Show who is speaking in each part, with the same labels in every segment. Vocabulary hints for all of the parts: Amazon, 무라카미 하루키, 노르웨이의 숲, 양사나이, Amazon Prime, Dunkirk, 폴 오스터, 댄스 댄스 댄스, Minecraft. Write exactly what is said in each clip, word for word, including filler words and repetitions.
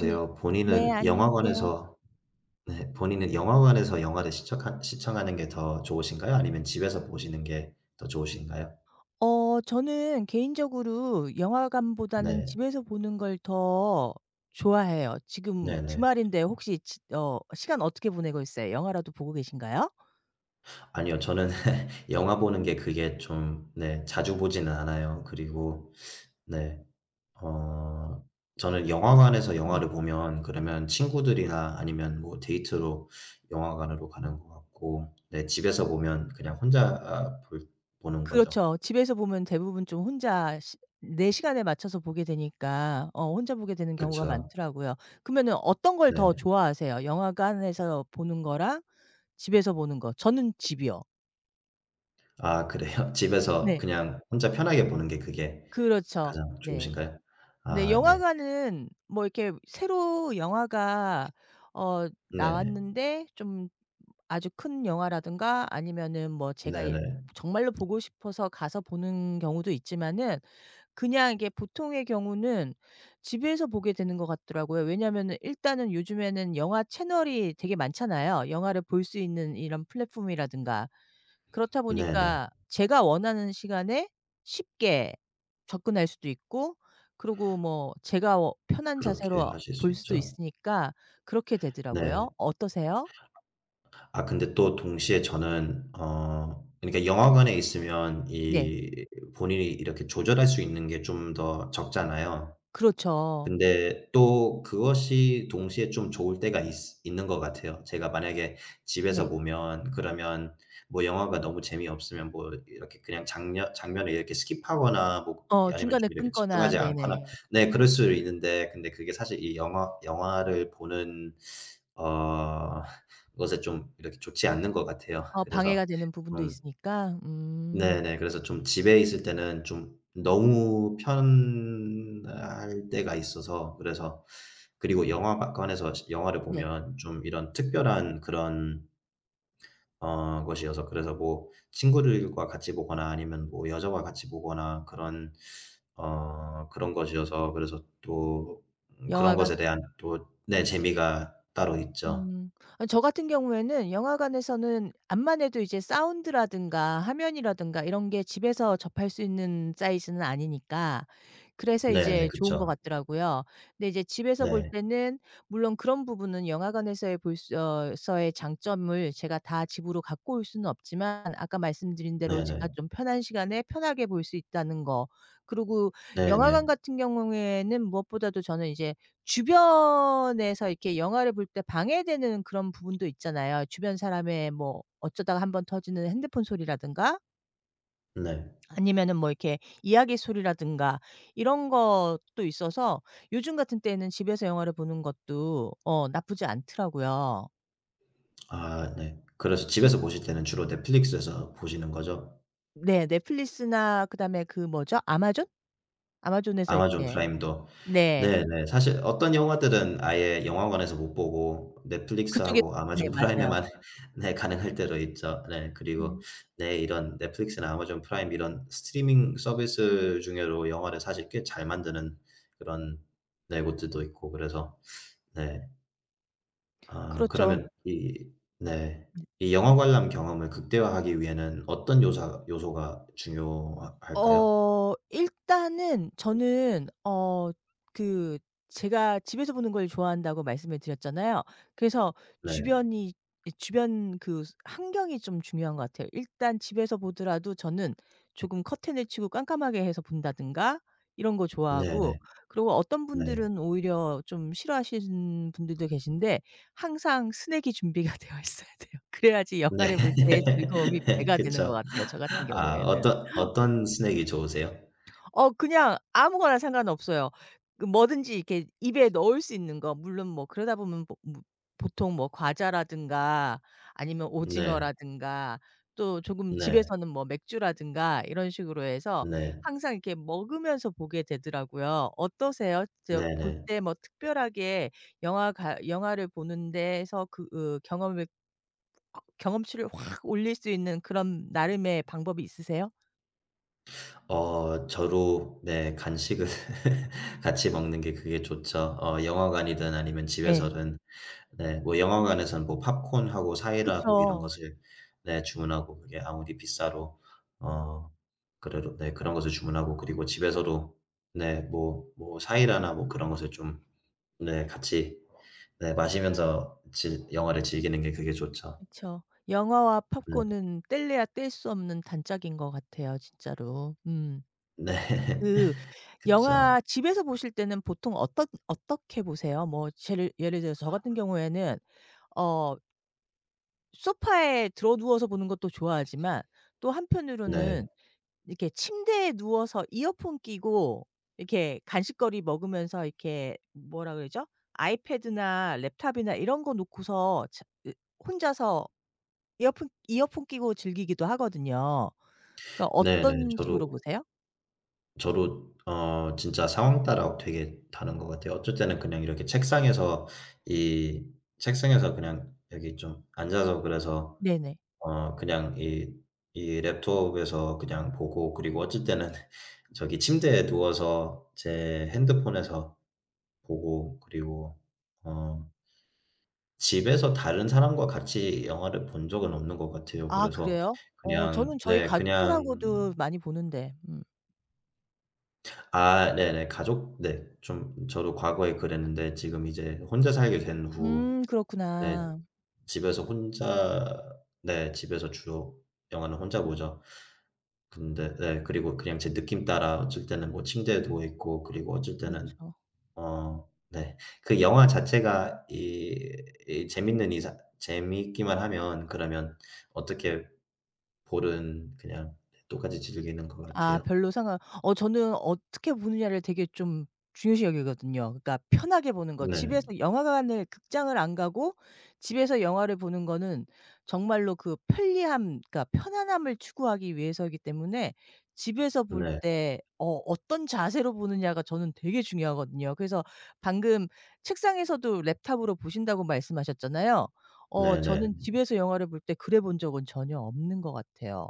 Speaker 1: 아니, 네
Speaker 2: 본인은
Speaker 1: 안녕하세요.
Speaker 2: 영화관에서 네 본인은 영화관에서 영화를 시청하 시청하는 게 더 좋으신가요? 아니면 집에서 보시는 게 더 좋으신가요?
Speaker 1: 어 저는 개인적으로 영화관보다는
Speaker 2: 네.
Speaker 1: 집에서 보는 걸 더 좋아해요. 지금
Speaker 2: 네네.
Speaker 1: 주말인데 혹시 지 어 시간 어떻게 보내고 있어요? 영화라도 보고 계신가요?
Speaker 2: 아니요. 저는 영화 보는 게 그게 좀 네 자주 보지는 않아요. 그리고 네. 어 저는 영화관에서
Speaker 1: 네.
Speaker 2: 영화를 보면 그러면 친구들이나 아니면 뭐 데이트로 영화관으로 가는 것 같고, 네, 집에서 보면 그냥 혼자, 아, 볼 보는 거죠.
Speaker 1: 그렇죠. 집에서 보면 대부분 좀 혼자 시 내 시간에 맞춰서 보게 되니까 어 혼자 보게 되는 경우가
Speaker 2: 그쵸.
Speaker 1: 많더라고요. 그러면은 어떤 걸 더
Speaker 2: 네.
Speaker 1: 좋아하세요? 영화관에서 보는 거랑 집에서 보는 거. 저는 집이요.
Speaker 2: 아, 그래요? 집에서
Speaker 1: 네.
Speaker 2: 그냥 혼자 편하게 보는 게 그게
Speaker 1: 그렇죠.
Speaker 2: 가장
Speaker 1: 네.
Speaker 2: 좋으신가요?
Speaker 1: 네.
Speaker 2: 아 네.
Speaker 1: 영화관은 뭐 이렇게 새로 영화가 어
Speaker 2: 네.
Speaker 1: 나왔는데 좀 아주 큰 영화라든가 아니면은 뭐 제가 예
Speaker 2: 네네.
Speaker 1: 정말로 보고 싶어서 가서 보는 경우도 있지만은 그냥 이게 보통의 경우는 집에서 보게 되는 것 같더라고요. 왜냐면은 일단은 요즘에는 영화 채널이 되게 많잖아요. 영화를 볼 수 있는 이런 플랫폼이라든가. 그렇다
Speaker 2: 네네.
Speaker 1: 보니까 제가 원하는 시간에 쉽게 접근할 수도 있고, 그리고 뭐 제가 어 편한
Speaker 2: 그렇게
Speaker 1: 자세로
Speaker 2: 하실 수
Speaker 1: 볼 수도
Speaker 2: 있죠.
Speaker 1: 있으니까 그렇게
Speaker 2: 네.
Speaker 1: 되더라고요. 어떠세요?
Speaker 2: 아 근데 또 동시에 저는 어 그러니까 영화관에 있으면
Speaker 1: 네.
Speaker 2: 이 본인이 이렇게 조절할 수 있는 게 좀 더 적잖아요.
Speaker 1: 그렇죠.
Speaker 2: 근데 또 그것이 동시에 좀 좋을 때가 있 있는 것 같아요. 제가 만약에 집에서
Speaker 1: 네.
Speaker 2: 보면 그러면 뭐 영화가 너무 재미없으면 뭐 이렇게 그냥 장면 장면을 이렇게 스킵하거나, 뭐
Speaker 1: 어
Speaker 2: 아니면
Speaker 1: 중간에
Speaker 2: 좀 이렇게
Speaker 1: 끊거나
Speaker 2: 집중하지 않거나,
Speaker 1: 네네.
Speaker 2: 네, 그럴 수 있는데, 근데 그게 사실 이 영화 영화를 보는 어 것에 좀 이렇게 좋지 않는 것 같아요.
Speaker 1: 어 방해가
Speaker 2: 그래서
Speaker 1: 되는 부분도 있으니까. 음.
Speaker 2: 네네. 그래서 좀 집에 있을 때는 좀 너무 편할 때가 있어서. 그래서 그리고 영화관에서 시 영화를
Speaker 1: 네.
Speaker 2: 보면 좀 이런 특별한 그런 어 것이어서, 그래서 뭐 친구들과 같이 보거나 아니면 뭐 여자와 같이 보거나 그런 어 그런 것이어서, 그래서 또 음 그런
Speaker 1: 영화관
Speaker 2: 것에 대한 또 네 재미가 따로 있죠.
Speaker 1: 음. 아 저 같은 경우에는 영화관에서는 암만해도 이제 사운드라든가 화면이라든가 이런 게 집에서 접할 수 있는 사이즈는 아니니까 그래서
Speaker 2: 네네.
Speaker 1: 이제 좋은
Speaker 2: 그쵸.
Speaker 1: 것 같더라고요. 근데 이제 집에서 볼
Speaker 2: 네.
Speaker 1: 때는 물론 그런 부분은 영화관에서의 볼 수 어 서의 장점을 제가 다 집으로 갖고 올 수는 없지만, 아까 말씀드린 대로 제가
Speaker 2: 네네.
Speaker 1: 좀 편한 시간에 편하게 볼 수 있다는 거. 그리고 영화관
Speaker 2: 네네.
Speaker 1: 같은 경우에는 무엇보다도 저는 이제 주변에서 이렇게 영화를 볼 때 방해되는 그런 부분도 있잖아요. 주변 사람의 뭐 어쩌다가 한번 터지는 핸드폰 소리라든가
Speaker 2: 네.
Speaker 1: 아니면은 뭐 이렇게 이야기 소리라든가 이런 것도 있어서 요즘 같은 때에는 집에서 영화를 보는 것도 어 나쁘지 않더라고요.
Speaker 2: 아 네. 그래서 집에서 보실 때는 주로 넷플릭스에서 보시는 거죠?
Speaker 1: 네. 넷플릭스나 그다음에 그 뭐죠? 아마존? 아마존에서
Speaker 2: 아마존
Speaker 1: 이렇게.
Speaker 2: 프라임도.
Speaker 1: 네.
Speaker 2: 네네. 사실 어떤 영화들은 아예 영화관에서 못 보고
Speaker 1: 그쪽에.
Speaker 2: 넷플릭스하고
Speaker 1: 네
Speaker 2: 아마존
Speaker 1: 맞아요.
Speaker 2: 프라임에만 네 가능할 때도 있죠. 네. 그리고
Speaker 1: 음.
Speaker 2: 네, 이런 넷플릭스나 아마존 프라임 이런 스트리밍 서비스 중에도 영화를 사실 꽤 잘 만드는 그런 네 곳들도 있고, 그래서 네. 아
Speaker 1: 그렇죠.
Speaker 2: 그러면 이 네. 이 영화 관람 경험을 극대화하기 위해는 어떤 요사 요소가 중요하 할까요?
Speaker 1: 어 일단은 저는 어 그 제가 집에서 보는 걸 좋아한다고 말씀을 드렸잖아요. 그래서
Speaker 2: 네.
Speaker 1: 주변이 이 주변 그 스 환경이 좀 중요한 것 같아요. 일단 집에서 보더라도 저는 조금 커튼을 치고 깜깜하게 해서 본다든가 이런 거 좋아하고,
Speaker 2: 네네.
Speaker 1: 그리고 어떤
Speaker 2: 네.
Speaker 1: 분들은 오히려 좀 싫어하시는 분들도 계신데 항상 스낵이 준비가 되어 있어야 돼요. 그래야지
Speaker 2: 네.
Speaker 1: 영화를 볼 때 즐거움이 배가 되는 것
Speaker 2: 그쵸.
Speaker 1: 같아요, 저 같은
Speaker 2: 아,
Speaker 1: 경우에는.
Speaker 2: 어떤 어떤 스낵이 좋으세요?
Speaker 1: 어 그냥 아무거나 상관없어요. 그 뭐든지 이렇게 입에 넣을 수 있는 거 물론 뭐 그러다 보면 뭐 뭐 보통 뭐 과자라든가 아니면
Speaker 2: 네.
Speaker 1: 오징어라든가 또 조금
Speaker 2: 네.
Speaker 1: 집에서는 뭐 맥주라든가 이런 식으로 해서
Speaker 2: 네.
Speaker 1: 항상 이렇게 먹으면서 보게 되더라고요. 어떠세요? 저 볼
Speaker 2: 네네.
Speaker 1: 때 뭐 특별하게 영화 가 영화를 보는 데서 그 으 경험을 확 경험치를 확 올릴 수 있는 그런 나름의 방법이 있으세요?
Speaker 2: 어 저도 네 간식을 같이 먹는 게 그게 좋죠. 어 영화관이든 아니면
Speaker 1: 네.
Speaker 2: 집에서든 네. 뭐 영화관에서는 뭐 팝콘하고 사이다하고 이런
Speaker 1: 그쵸.
Speaker 2: 것을 네 주문하고, 그게 아무리 비싸도 어 그래도 네 그런 것을 주문하고, 그리고 집에서도 네 뭐 뭐 사이다나 뭐 그런 것을 좀 네 같이 네 마시면서 질 영화를 즐기는 게 그게 좋죠.
Speaker 1: 그쵸. 영화와
Speaker 2: 네.
Speaker 1: 팝콘은 뗄래야 뗄 수 없는 단짝인 것 같아요, 진짜로. 음.
Speaker 2: 네.
Speaker 1: 그
Speaker 2: 그쵸.
Speaker 1: 영화 집에서 보실 때는 보통 어떻 어떻게 보세요? 뭐 제를 예를 들어서 저 같은 경우에는 어 소파에 들어 누워서 보는 것도 좋아하지만, 또
Speaker 2: 네.
Speaker 1: 한편으로는 이렇게 침대에 누워서 이어폰 끼고 이렇게 간식거리 먹으면서 이렇게 뭐라 그러죠? 아이패드나 랩탑이나 이런 거 놓고서 자 으 혼자서 이어폰 이어폰 끼고 즐기기도 하거든요. 그러니까
Speaker 2: 네네.
Speaker 1: 어떤 식으로
Speaker 2: 저도
Speaker 1: 보세요?
Speaker 2: 저도 어 진짜 상황 따라 되게 다른 것 같아요. 어쩔 때는 그냥 이렇게 책상에서 이 책상에서 그냥 여기 좀 앉아서, 그래서
Speaker 1: 네네.
Speaker 2: 어 그냥 이 이 랩톱에서 그냥 보고, 그리고 어쩔 때는 저기 침대에 누워서 제 핸드폰에서 보고. 그리고 어 집에서 다른 사람과 같이 영화를 본 적은 없는 것 같아요.
Speaker 1: 아
Speaker 2: 그래서
Speaker 1: 그래요? 어
Speaker 2: 그냥
Speaker 1: 저는 저희
Speaker 2: 네 그냥
Speaker 1: 가족들하고도 많이 보는데. 음.
Speaker 2: 아 네네. 가족 네. 좀 저도 과거에 그랬는데, 지금 이제 혼자 살게 된 후
Speaker 1: 음
Speaker 2: 네
Speaker 1: 그렇구나.
Speaker 2: 집에서 혼자 네 집에서 주로 영화는 혼자 보죠. 근데 네 그리고 그냥 제 느낌 따라 어쩔 때는 뭐 침대에 누워 있고, 그리고 어쩔 때는
Speaker 1: 그렇죠.
Speaker 2: 어 네 그 영화 자체가 이 이 재밌는 이상, 재미있기만 하면 그러면 어떻게 볼은 그냥 똑같이 즐기는 것
Speaker 1: 아
Speaker 2: 같아요.
Speaker 1: 별로 상관 어 저는 어떻게 보느냐를 되게 좀 중요시 여기거든요. 그러니까 편하게 보는 거.
Speaker 2: 네.
Speaker 1: 집에서 영화관을 극장을 안 가고 집에서 영화를 보는 거는 정말로 그 편리함, 그러니까 편안함을 추구하기 위해서이기 때문에 집에서 볼
Speaker 2: 네.
Speaker 1: 때 어 어떤 자세로 보느냐가 저는 되게 중요하거든요. 그래서 방금 책상에서도 랩탑으로 보신다고 말씀하셨잖아요. 어
Speaker 2: 네네.
Speaker 1: 저는 집에서 영화를 볼 때 그래 본 적은 전혀 없는 것 같아요.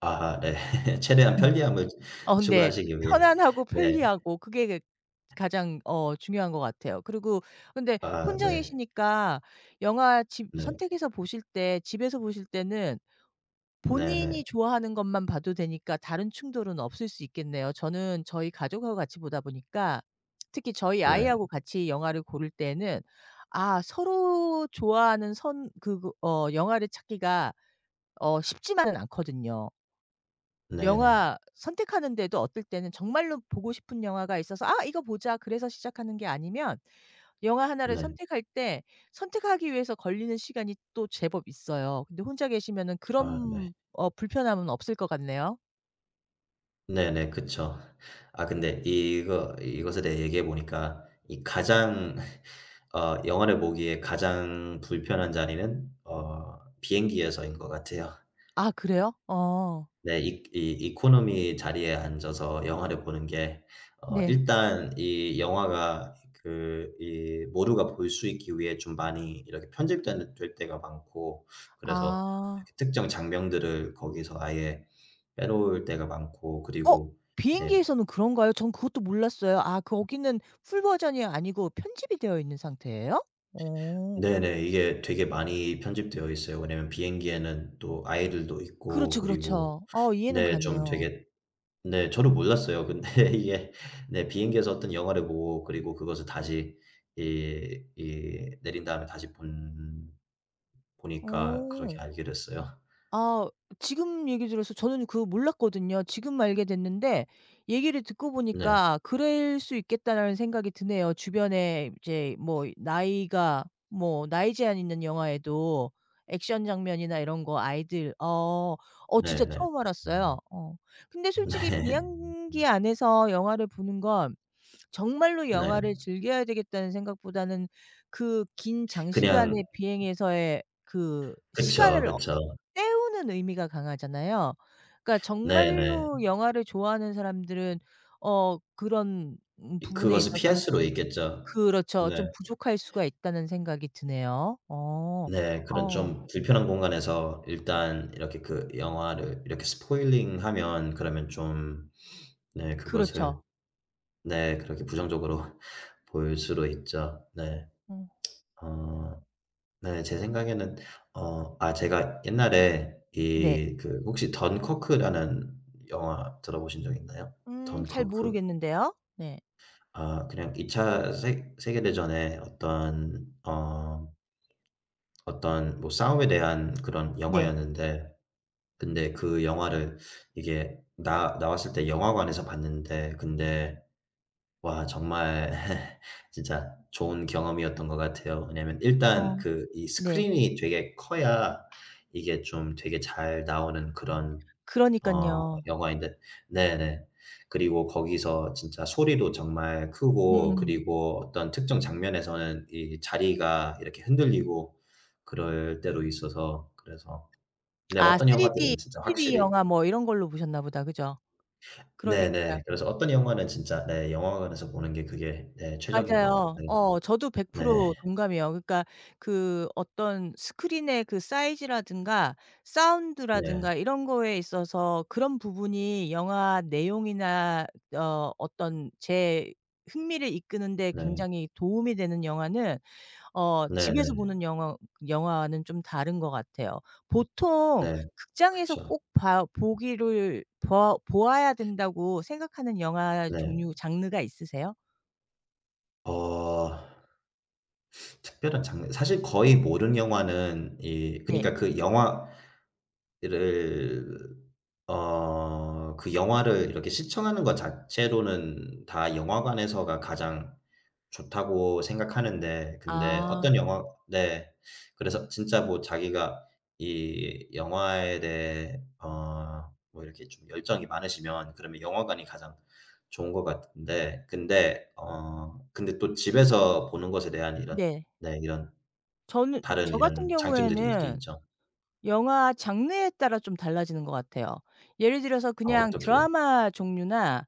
Speaker 2: 아 네. 최대한 편리함을
Speaker 1: 어 네.
Speaker 2: 추구하시기 위해.
Speaker 1: 편안하고
Speaker 2: 네.
Speaker 1: 편리하고 그게 그 가장 어 중요한 것 같아요. 그리고 근데
Speaker 2: 아
Speaker 1: 혼자
Speaker 2: 네.
Speaker 1: 계시니까 영화 집
Speaker 2: 네.
Speaker 1: 선택해서 보실 때 집에서 보실 때는
Speaker 2: 네네.
Speaker 1: 본인이 좋아하는 것만 봐도 되니까 다른 충돌은 없을 수 있겠네요. 저는 저희 가족하고 같이 보다 보니까, 특히 저희
Speaker 2: 네.
Speaker 1: 아이하고 같이 영화를 고를 때에는 아 서로 좋아하는 선 그 그 어 영화를 찾기가 어 쉽지만은 않거든요.
Speaker 2: 네네.
Speaker 1: 영화 선택하는데도 어떨 때는 정말로 보고 싶은 영화가 있어서 '아 이거 보자.' 그래서 시작하는 게 아니면, 영화 하나를
Speaker 2: 네.
Speaker 1: 선택할 때 선택하기 위해서 걸리는 시간이 또 제법 있어요. 근데 혼자 계시면은
Speaker 2: 아 네.
Speaker 1: 그런 어 불편함은 없을 것 같네요.
Speaker 2: 네네. 그쵸. 아 근데 이거 이것에 대해 얘기해 보니까 이 가장 어 영화를 보기에 가장 불편한 자리는 어 비행기에서인 것 같아요.
Speaker 1: 아 그래요? 어.
Speaker 2: 네. 이 이 이코노미 자리에 앉아서 영화를 보는 게 어
Speaker 1: 네.
Speaker 2: 일단 이 영화가 그 이 모두가 볼 수 있기 위해 좀 많이 이렇게 편집되는 될 때가 많고, 그래서
Speaker 1: 아.
Speaker 2: 이렇게 특정 장면들을 거기서 아예 빼놓을 때가 많고.
Speaker 1: 어
Speaker 2: 그리고 네.
Speaker 1: 비행기에서는 그런가요? 전 그것도 몰랐어요. 아 거기는 풀 버전이 아니고 편집이 되어 있는 상태예요? 어.
Speaker 2: 네네. 이게 되게 많이 편집되어 있어요. 왜냐면 비행기에는 또 아이들도 있고.
Speaker 1: 그렇죠,
Speaker 2: 그리고
Speaker 1: 그렇죠. 어 이해는
Speaker 2: 네 좀
Speaker 1: 가네요.
Speaker 2: 되게 네. 저도 몰랐어요. 근데 이게 네 비행기에서 어떤 영화를 보고, 그리고 그것을 다시 이 이 내린 다음에 다시 본 보니까 그렇게
Speaker 1: 어.
Speaker 2: 알게 됐어요.
Speaker 1: 아 지금 얘기 들어서 저는 그거 몰랐거든요. 지금 알게 됐는데, 얘기를 듣고
Speaker 2: 네.
Speaker 1: 보니까 '그럴 수 있겠다.'라는 생각이 드네요. 주변에 이제 뭐 나이가 뭐 나이 제한 있는 영화에도 액션 장면이나 이런 거 아이들 어 어 진짜
Speaker 2: 네네. 네.
Speaker 1: 처음 알았어요. 어. 근데 솔직히
Speaker 2: 네.
Speaker 1: 비행기 안에서 영화를 보는 건 정말로
Speaker 2: 네.
Speaker 1: '영화를 즐겨야 되겠다.'는 생각보다는 그 긴
Speaker 2: 그냥
Speaker 1: 장시간의 비행에서의 그
Speaker 2: 그쵸,
Speaker 1: 시간을
Speaker 2: 그쵸.
Speaker 1: 때우는 의미가 강하잖아요. 그러니까
Speaker 2: 네 네.
Speaker 1: 정말로 영화를 좋아하는 사람들은 어 그런 음 부분에
Speaker 2: 그것을 피할
Speaker 1: 있어서는 좀
Speaker 2: 수도 있겠죠.
Speaker 1: 그렇죠.
Speaker 2: 네.
Speaker 1: 좀 부족할 수가 있다는 생각이 드네요. 어.
Speaker 2: 네. 그런
Speaker 1: 어
Speaker 2: 좀 불편한 공간에서 일단 이렇게 그 영화를 이렇게 스포일링하면 그러면 좀 네 그것을
Speaker 1: 그렇죠.
Speaker 2: 네. 그렇게 부정적으로 보일 수도 있죠. 네.
Speaker 1: 어
Speaker 2: 어 네 제 생각에는 어 아 제가 옛날에
Speaker 1: 네.
Speaker 2: 이 그 혹시 던커크라는 영화 들어보신 적 있나요?
Speaker 1: 음 잘
Speaker 2: 던커크?
Speaker 1: 모르겠는데요. 네.
Speaker 2: 아 그냥 이 차 세 세계대전에 어떤 어 어떤 뭐 싸움에 대한 그런
Speaker 1: 네.
Speaker 2: 영화였는데, 근데 그 영화를 이게 나 나왔을 때 영화관에서 봤는데, 근데 와 정말 진짜 좋은 경험이었던 것 같아요. 왜냐면
Speaker 1: 어
Speaker 2: 일단 그 이
Speaker 1: 네.
Speaker 2: 스크린이 되게 커야 이게 좀 되게 잘 나오는 그런 어
Speaker 1: 그러니깐요.
Speaker 2: 영화인데 네네. 그리고 거기서 진짜 소리도 정말 크고,
Speaker 1: 음음.
Speaker 2: 그리고 어떤 특정 장면에서는 이 자리가 이렇게 흔들리고 그럴 때도 있어서. 그래서 네
Speaker 1: 아
Speaker 2: 어떤 영화들은
Speaker 1: 쓰리디,
Speaker 2: 진짜
Speaker 1: 쓰리디
Speaker 2: 확실히
Speaker 1: 영화 뭐 이런 걸로 보셨나 보다. 그죠? 그러니까요.
Speaker 2: 네네. 그래서 어떤 영화는 진짜 네 영화관에서 보는 게 그게 네 최적인 것
Speaker 1: 맞아요.
Speaker 2: 같아요.
Speaker 1: 어 저도
Speaker 2: 네.
Speaker 1: 백 퍼센트 동감이에요. 그러니까 그 어떤 스크린의 그 사이즈라든가
Speaker 2: 네.
Speaker 1: 사운드라든가 이런 거에 있어서 그런 부분이 영화 내용이나 어 어떤 제 흥미를 이끄는 데
Speaker 2: 네.
Speaker 1: 굉장히 도움이 되는 영화는 어 집에서
Speaker 2: 네네.
Speaker 1: 보는 영화 영화와는 좀 다른 것 같아요. 보통
Speaker 2: 네. 네.
Speaker 1: 극장에서
Speaker 2: 그쵸.
Speaker 1: 꼭 봐 보기를 봐 보아야 된다고 생각하는 영화
Speaker 2: 네.
Speaker 1: 종류 장르가 있으세요?
Speaker 2: 어 특별한 장르 사실 거의 모든 영화는 이
Speaker 1: 네.
Speaker 2: 그니까 그 영화를 어 그 영화를 이렇게 시청하는 것 자체로는 다 영화관에서가 가장 좋다고 생각하는데, 근데
Speaker 1: 아.
Speaker 2: 어떤 영화 네. 그래서 진짜 뭐 자기가 이 영화에 대해 어 뭐 이렇게 좀 열정이 많으시면 그러면 영화관이 가장 좋은 것 같은데, 근데 어 근데 또 집에서 보는 것에 대한 이런
Speaker 1: 네.
Speaker 2: 네 이런
Speaker 1: 저는
Speaker 2: 다른
Speaker 1: 저 같은
Speaker 2: 이런 장점들이 있긴
Speaker 1: 경우에는
Speaker 2: 있죠.
Speaker 1: 영화 장르에 따라 좀 달라지는 것 같아요. 예를 들어서
Speaker 2: 아,
Speaker 1: 그냥
Speaker 2: 어떻게요?
Speaker 1: 드라마 종류나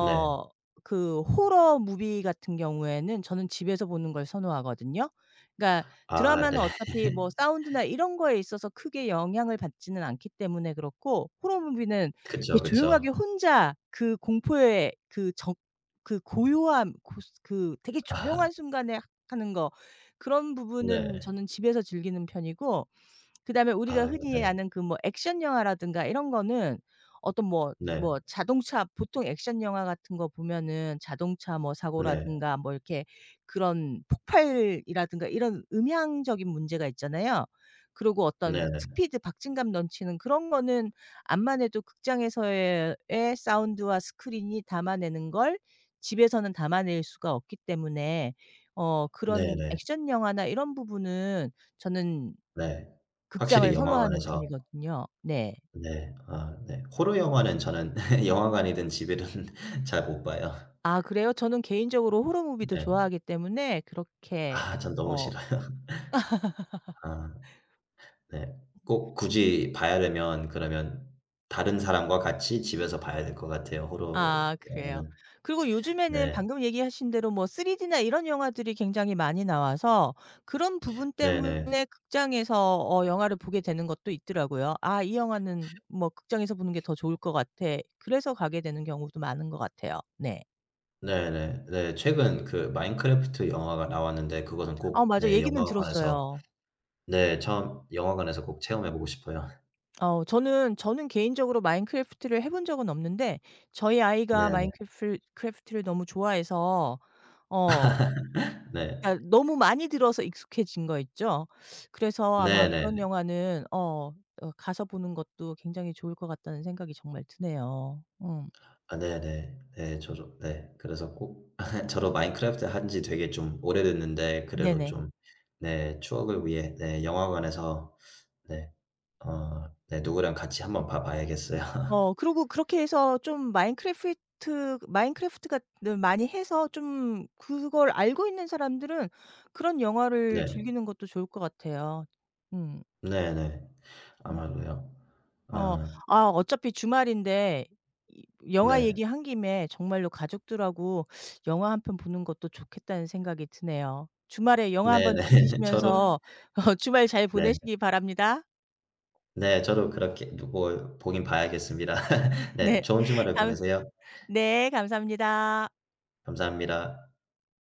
Speaker 2: 네.
Speaker 1: 그 호러 무비 같은 경우에는 저는 집에서 보는 걸 선호하거든요. 그러니까
Speaker 2: 아 네.
Speaker 1: 드라마는 어차피 뭐 사운드나 이런 거에 있어서 크게 영향을 받지는 않기 때문에 그렇고, 호러 무비는
Speaker 2: 그쵸,
Speaker 1: 이게 조용하게
Speaker 2: 그쵸.
Speaker 1: 혼자 그 공포의 그 적 그 고요함 고스 그 되게
Speaker 2: 아
Speaker 1: 조용한 순간에 하는 거, 그런 부분은
Speaker 2: 네.
Speaker 1: 저는 집에서 즐기는 편이고 그다음에 우리가
Speaker 2: 아
Speaker 1: 흔히
Speaker 2: 네.
Speaker 1: 아는 그 뭐 액션 영화라든가 이런 거는 어떤 뭐
Speaker 2: 네.
Speaker 1: 뭐 자동차 보통 액션 영화 같은 거 보면은 자동차 뭐
Speaker 2: 네.
Speaker 1: 사고라든가 뭐 이렇게 그런 폭발이라든가 이런 음향적인 문제가 있잖아요. 그리고 어떤
Speaker 2: 네 네.
Speaker 1: 스피드 박진감 넘치는 그런 거는 암만 해도 극장에서의 의 사운드와 스크린이 담아내는 걸 집에서는 담아낼 수가 없기 때문에 어
Speaker 2: 네 네.
Speaker 1: 그런
Speaker 2: 네.
Speaker 1: 액션 영화나 이런 부분은 저는
Speaker 2: 네. 확실히
Speaker 1: 극장을 선호하는
Speaker 2: 영화관에서
Speaker 1: 편이거든요. 네.
Speaker 2: 네. 아 네. 호러 영화는 저는 영화관이든 집이든 잘 못 봐요.
Speaker 1: 아 그래요? 저는 개인적으로 호러 무비도
Speaker 2: 네.
Speaker 1: 좋아하기 때문에 그렇게.
Speaker 2: 아 전 너무
Speaker 1: 어
Speaker 2: 싫어요. 아 네. 꼭 굳이 봐야 되면 그러면 다른 사람과 같이 집에서 봐야 될 것 같아요, 호러
Speaker 1: 아 그래요.
Speaker 2: 영화는.
Speaker 1: 그리고 요즘에는
Speaker 2: 네.
Speaker 1: 방금 얘기하신 대로 뭐 쓰리디나 이런 영화들이 굉장히 많이 나와서 그런 부분
Speaker 2: 네네.
Speaker 1: 때문에 극장에서 어 영화를 보게 되는 것도 있더라고요. '아 이 영화는 뭐 극장에서 보는 게 더 좋을 것 같아.' 그래서 가게 되는 경우도 많은 것 같아요. 네.
Speaker 2: 네네. 네. 네. 네. 최근 그 마인크래프트 영화가 나왔는데 그것은 꼭
Speaker 1: 아 맞아.
Speaker 2: 네
Speaker 1: 얘기는
Speaker 2: 영화관에서
Speaker 1: 들었어요.
Speaker 2: 네. 처음 영화관에서 꼭 체험해 보고 싶어요.
Speaker 1: 어 저는 저는 개인적으로 마인크래프트를 해본 적은 없는데 저희 아이가
Speaker 2: 네네.
Speaker 1: 마인크래프 트를 너무 좋아해서 어
Speaker 2: 네.
Speaker 1: 그러니까 너무 많이 들어서 익숙해진 거 있죠. 그래서 아마 그런
Speaker 2: 네네네.
Speaker 1: 영화는 어 어 가서 보는 것도 굉장히 좋을 것 같다는 생각이 정말 드네요. 음
Speaker 2: 아 네네. 네. 네, 저도 네. 그래서 꼭 저도 마인크래프트 한지 되게 좀 오래됐는데, 그래도
Speaker 1: 네네.
Speaker 2: 좀 네 추억을 위해 네 영화관에서 네 어 네 누구랑 같이 한번 봐 봐야겠어요.
Speaker 1: 어 그리고 그렇게 해서 좀 마인크래프트 마인크래프트 가 많이 해서 좀 그걸 알고 있는 사람들은 그런 영화를
Speaker 2: 네.
Speaker 1: 즐기는 것도 좋을 것 같아요. 음.
Speaker 2: 네네.
Speaker 1: 음.
Speaker 2: 아마도요.
Speaker 1: 어.
Speaker 2: 아
Speaker 1: 아 어차피 주말인데 이 영화
Speaker 2: 네.
Speaker 1: 얘기한 김에 정말로 가족들하고 '영화 한 편 보는 것도 좋겠다.'는 생각이 드네요. 주말에 영화 한번
Speaker 2: 네네. 저도
Speaker 1: 즐기시면서 어 주말 잘
Speaker 2: 네.
Speaker 1: 보내시기 바랍니다.
Speaker 2: 네. 저도 그렇게 누 뭐 보긴 봐야겠습니다. 네.
Speaker 1: 네.
Speaker 2: 좋은 주말을
Speaker 1: 감
Speaker 2: 보내세요.
Speaker 1: 네 감사합니다.
Speaker 2: 감사합니다.